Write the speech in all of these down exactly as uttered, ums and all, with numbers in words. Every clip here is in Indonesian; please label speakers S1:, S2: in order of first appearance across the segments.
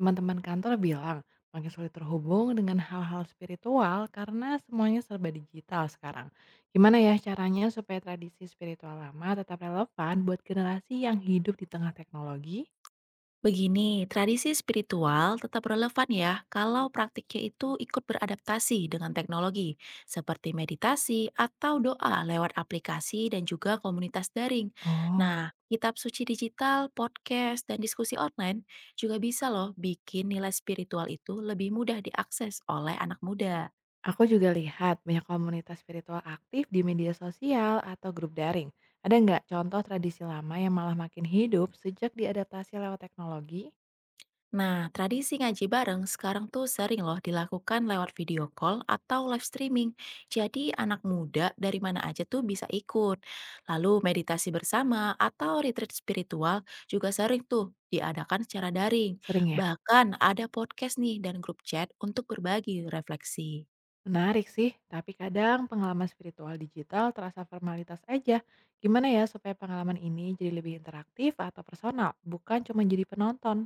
S1: Teman-teman kantor bilang makin sulit terhubung dengan hal-hal spiritual karena semuanya serba digital sekarang. Gimana ya caranya supaya tradisi spiritual lama tetap relevan buat generasi yang hidup di tengah teknologi?
S2: Begini, tradisi spiritual tetap relevan ya kalau praktiknya itu ikut beradaptasi dengan teknologi, seperti meditasi atau doa lewat aplikasi dan juga komunitas daring.
S1: Oh,
S2: Nah, kitab suci digital, podcast, dan diskusi online juga bisa loh bikin nilai spiritual itu lebih mudah diakses oleh anak muda.
S1: aku juga lihat banyak komunitas spiritual aktif di media sosial atau grup daring. Ada nggak contoh tradisi lama yang malah makin hidup sejak diadaptasi lewat teknologi?
S2: Nah, tradisi ngaji bareng sekarang tuh sering loh dilakukan lewat video call atau live streaming. Jadi anak muda dari mana aja tuh bisa ikut. Lalu meditasi bersama atau retreat spiritual juga sering tuh diadakan secara daring.
S1: Sering ya?
S2: Bahkan ada podcast nih dan grup chat untuk berbagi refleksi.
S1: Menarik sih, tapi kadang pengalaman spiritual digital terasa formalitas aja. Gimana ya supaya pengalaman ini jadi lebih interaktif atau personal, bukan cuma jadi penonton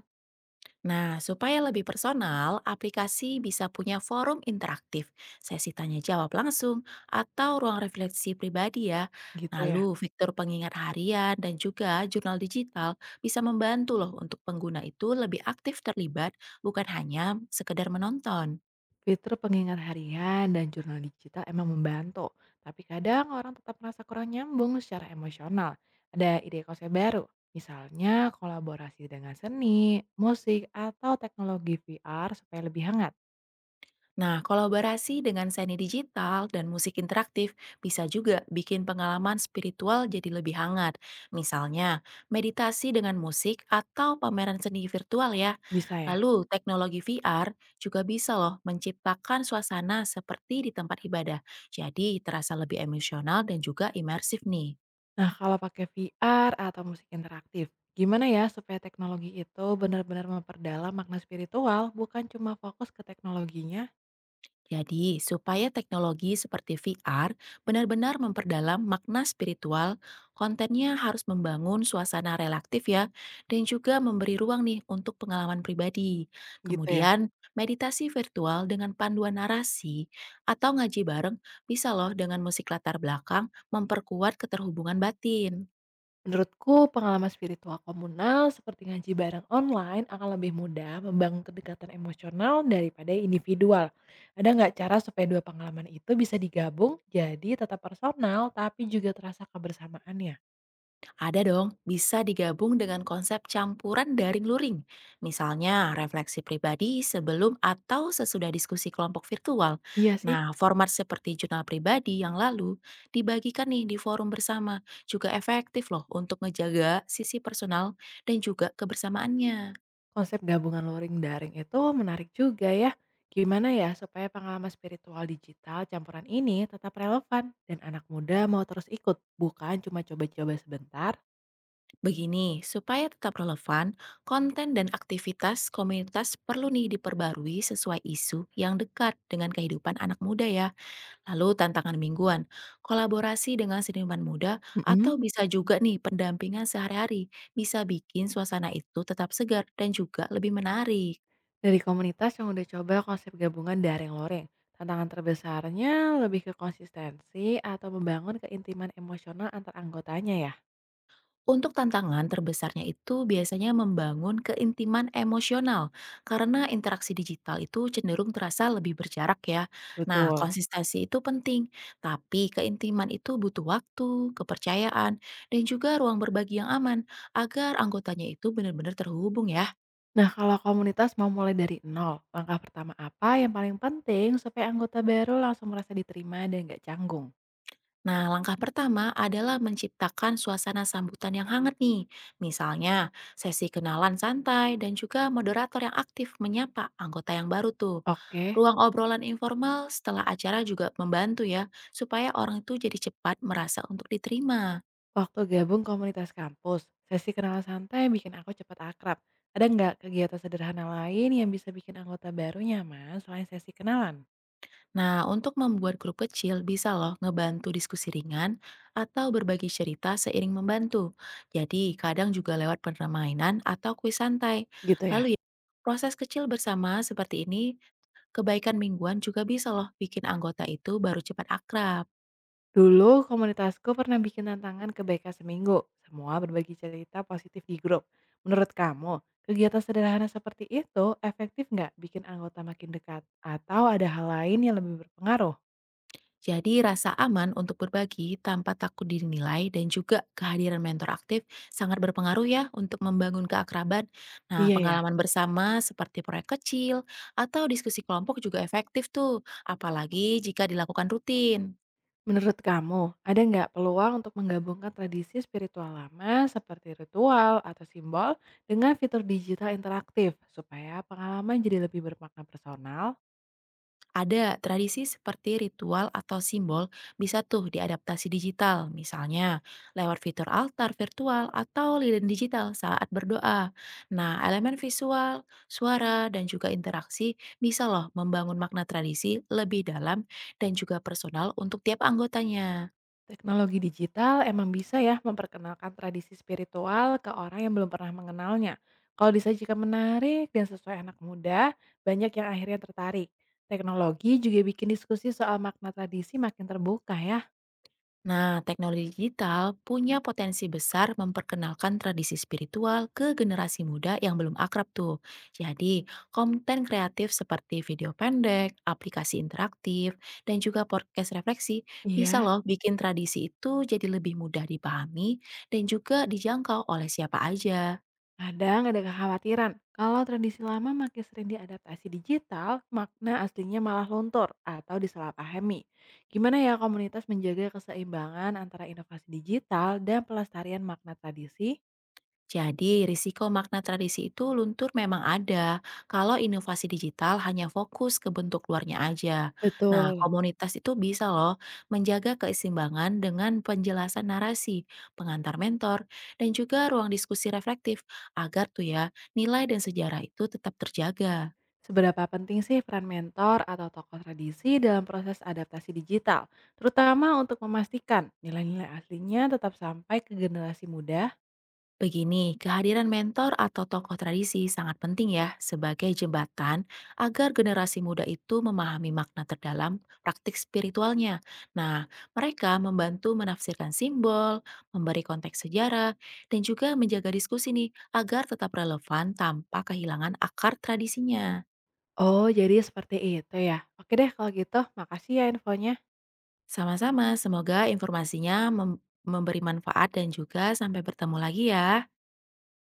S2: Nah, supaya lebih personal, aplikasi bisa punya forum interaktif, sesi tanya jawab langsung, atau ruang refleksi pribadi ya.
S1: gitu ya.
S2: Lalu, fitur pengingat harian dan juga jurnal digital bisa membantu loh untuk pengguna itu lebih aktif terlibat, bukan hanya sekedar menonton.
S1: Fitur pengingat harian dan jurnal digital emang membantu, tapi kadang orang tetap merasa kurang nyambung secara emosional. Ada ide konsep baru, misalnya kolaborasi dengan seni, musik, atau teknologi V R supaya lebih hangat.
S2: Nah, kolaborasi dengan seni digital dan musik interaktif bisa juga bikin pengalaman spiritual jadi lebih hangat. Misalnya, meditasi dengan musik atau pameran seni virtual ya.
S1: Bisa ya?
S2: Lalu, teknologi V R juga bisa loh menciptakan suasana seperti di tempat ibadah. Jadi, terasa lebih emosional dan juga imersif nih.
S1: Nah, kalau pakai V R atau musik interaktif, gimana ya supaya teknologi itu benar-benar memperdalam makna spiritual, bukan cuma fokus ke teknologinya
S2: Jadi, supaya teknologi seperti V R benar-benar memperdalam makna spiritual, kontennya harus membangun suasana relaktif ya, dan juga memberi ruang nih untuk pengalaman pribadi.
S1: gitu ya?
S2: Kemudian, meditasi virtual dengan panduan narasi atau ngaji bareng bisa loh dengan musik latar belakang memperkuat keterhubungan batin.
S1: Menurutku, pengalaman spiritual komunal seperti ngaji bareng online akan lebih mudah membangun kedekatan emosional daripada individual. Ada nggak cara supaya dua pengalaman itu bisa digabung jadi tetap personal tapi juga terasa kebersamaannya?
S2: Ada dong, bisa digabung dengan konsep campuran daring luring. Misalnya, refleksi pribadi sebelum atau sesudah diskusi kelompok virtual.
S1: Iya sih.
S2: Nah, format seperti jurnal pribadi yang lalu dibagikan nih di forum bersama. Juga efektif loh untuk ngejaga sisi personal dan juga kebersamaannya.
S1: Konsep gabungan luring daring itu menarik juga ya. Gimana ya supaya pengalaman spiritual digital campuran ini tetap relevan dan anak muda mau terus ikut, bukan cuma coba-coba sebentar?
S2: Begini, supaya tetap relevan, konten dan aktivitas komunitas perlu nih diperbarui sesuai isu yang dekat dengan kehidupan anak muda ya. Lalu tantangan mingguan, kolaborasi dengan seniman muda,
S1: Mm-mm.
S2: atau bisa juga nih pendampingan sehari-hari, bisa bikin suasana itu tetap segar dan juga lebih menarik.
S1: Dari komunitas yang udah coba konsep gabungan daring luring, tantangan terbesarnya lebih ke konsistensi atau membangun keintiman emosional antar anggotanya ya.
S2: Untuk tantangan terbesarnya itu biasanya membangun keintiman emosional, karena interaksi digital itu cenderung terasa lebih berjarak ya. Nah,
S1: Betul.
S2: konsistensi itu penting, tapi keintiman itu butuh waktu, kepercayaan, dan juga ruang berbagi yang aman, agar anggotanya itu benar-benar terhubung ya.
S1: Nah, kalau komunitas mau mulai dari nol, langkah pertama apa yang paling penting supaya anggota baru langsung merasa diterima dan nggak canggung?
S2: Nah, langkah pertama adalah menciptakan suasana sambutan yang hangat nih. Misalnya, sesi kenalan santai dan juga moderator yang aktif menyapa anggota yang baru tuh.
S1: Oke,
S2: Ruang obrolan informal setelah acara juga membantu ya, supaya orang itu jadi cepat merasa untuk diterima.
S1: waktu gabung komunitas kampus, sesi kenalan santai bikin aku cepat akrab. Ada nggak kegiatan sederhana lain yang bisa bikin anggota baru nyaman selain sesi kenalan?
S2: Nah, untuk membuat grup kecil bisa loh ngebantu diskusi ringan atau berbagi cerita seiring membantu. Jadi, kadang juga lewat permainan atau kuis santai.
S1: Gitu ya.
S2: Lalu ya, proses kecil bersama seperti ini, kebaikan mingguan juga bisa loh bikin anggota itu baru cepat akrab.
S1: Dulu komunitasku pernah bikin tantangan kebaikan seminggu. Semua berbagi cerita positif di grup. Menurut kamu, kegiatan sederhana seperti itu efektif nggak bikin anggota makin dekat? Atau ada hal lain yang lebih berpengaruh?
S2: Jadi rasa aman untuk berbagi tanpa takut dinilai dan juga kehadiran mentor aktif sangat berpengaruh ya untuk membangun keakraban. Nah,
S1: Iya ya.
S2: pengalaman bersama seperti proyek kecil atau diskusi kelompok juga efektif tuh, apalagi jika dilakukan rutin.
S1: Menurut kamu, ada nggak peluang untuk menggabungkan tradisi spiritual lama seperti ritual atau simbol dengan fitur digital interaktif supaya pengalaman jadi lebih bermakna personal?
S2: Ada tradisi seperti ritual atau simbol bisa tuh diadaptasi digital, misalnya lewat fitur altar virtual atau lilin digital saat berdoa. Nah, elemen visual, suara, dan juga interaksi bisa loh membangun makna tradisi lebih dalam dan juga personal untuk tiap anggotanya.
S1: Teknologi digital emang bisa ya memperkenalkan tradisi spiritual ke orang yang belum pernah mengenalnya. Kalau disajikan menarik dan sesuai anak muda, banyak yang akhirnya tertarik. Teknologi juga bikin diskusi soal makna tradisi makin terbuka ya.
S2: Nah, teknologi digital punya potensi besar memperkenalkan tradisi spiritual ke generasi muda yang belum akrab tuh. Jadi, konten kreatif seperti video pendek, aplikasi interaktif, dan juga podcast refleksi bisa
S1: Iya,
S2: loh bikin tradisi itu jadi lebih mudah dipahami dan juga dijangkau oleh siapa aja.
S1: kadang ada kekhawatiran, kalau tradisi lama makin sering diadaptasi digital, makna aslinya malah luntur atau disalahpahami. Gimana ya komunitas menjaga keseimbangan antara inovasi digital dan pelestarian makna tradisi?
S2: Jadi, risiko makna tradisi itu luntur memang ada kalau inovasi digital hanya fokus ke bentuk luarnya aja. Nah,
S1: Betul.
S2: komunitas itu bisa loh menjaga keseimbangan dengan penjelasan narasi, pengantar mentor, dan juga ruang diskusi reflektif agar tuh ya nilai dan sejarah itu tetap terjaga.
S1: Seberapa penting sih peran mentor atau tokoh tradisi dalam proses adaptasi digital, terutama untuk memastikan nilai-nilai aslinya tetap sampai ke generasi muda?
S2: Begini, kehadiran mentor atau tokoh tradisi sangat penting ya sebagai jembatan agar generasi muda itu memahami makna terdalam praktik spiritualnya. Nah, mereka membantu menafsirkan simbol, memberi konteks sejarah, dan juga menjaga diskusi nih agar tetap relevan tanpa kehilangan akar tradisinya.
S1: Oh, jadi seperti itu ya. Oke deh kalau gitu, makasih ya infonya.
S2: Sama-sama, semoga informasinya mem- memberi manfaat dan juga sampai bertemu lagi ya.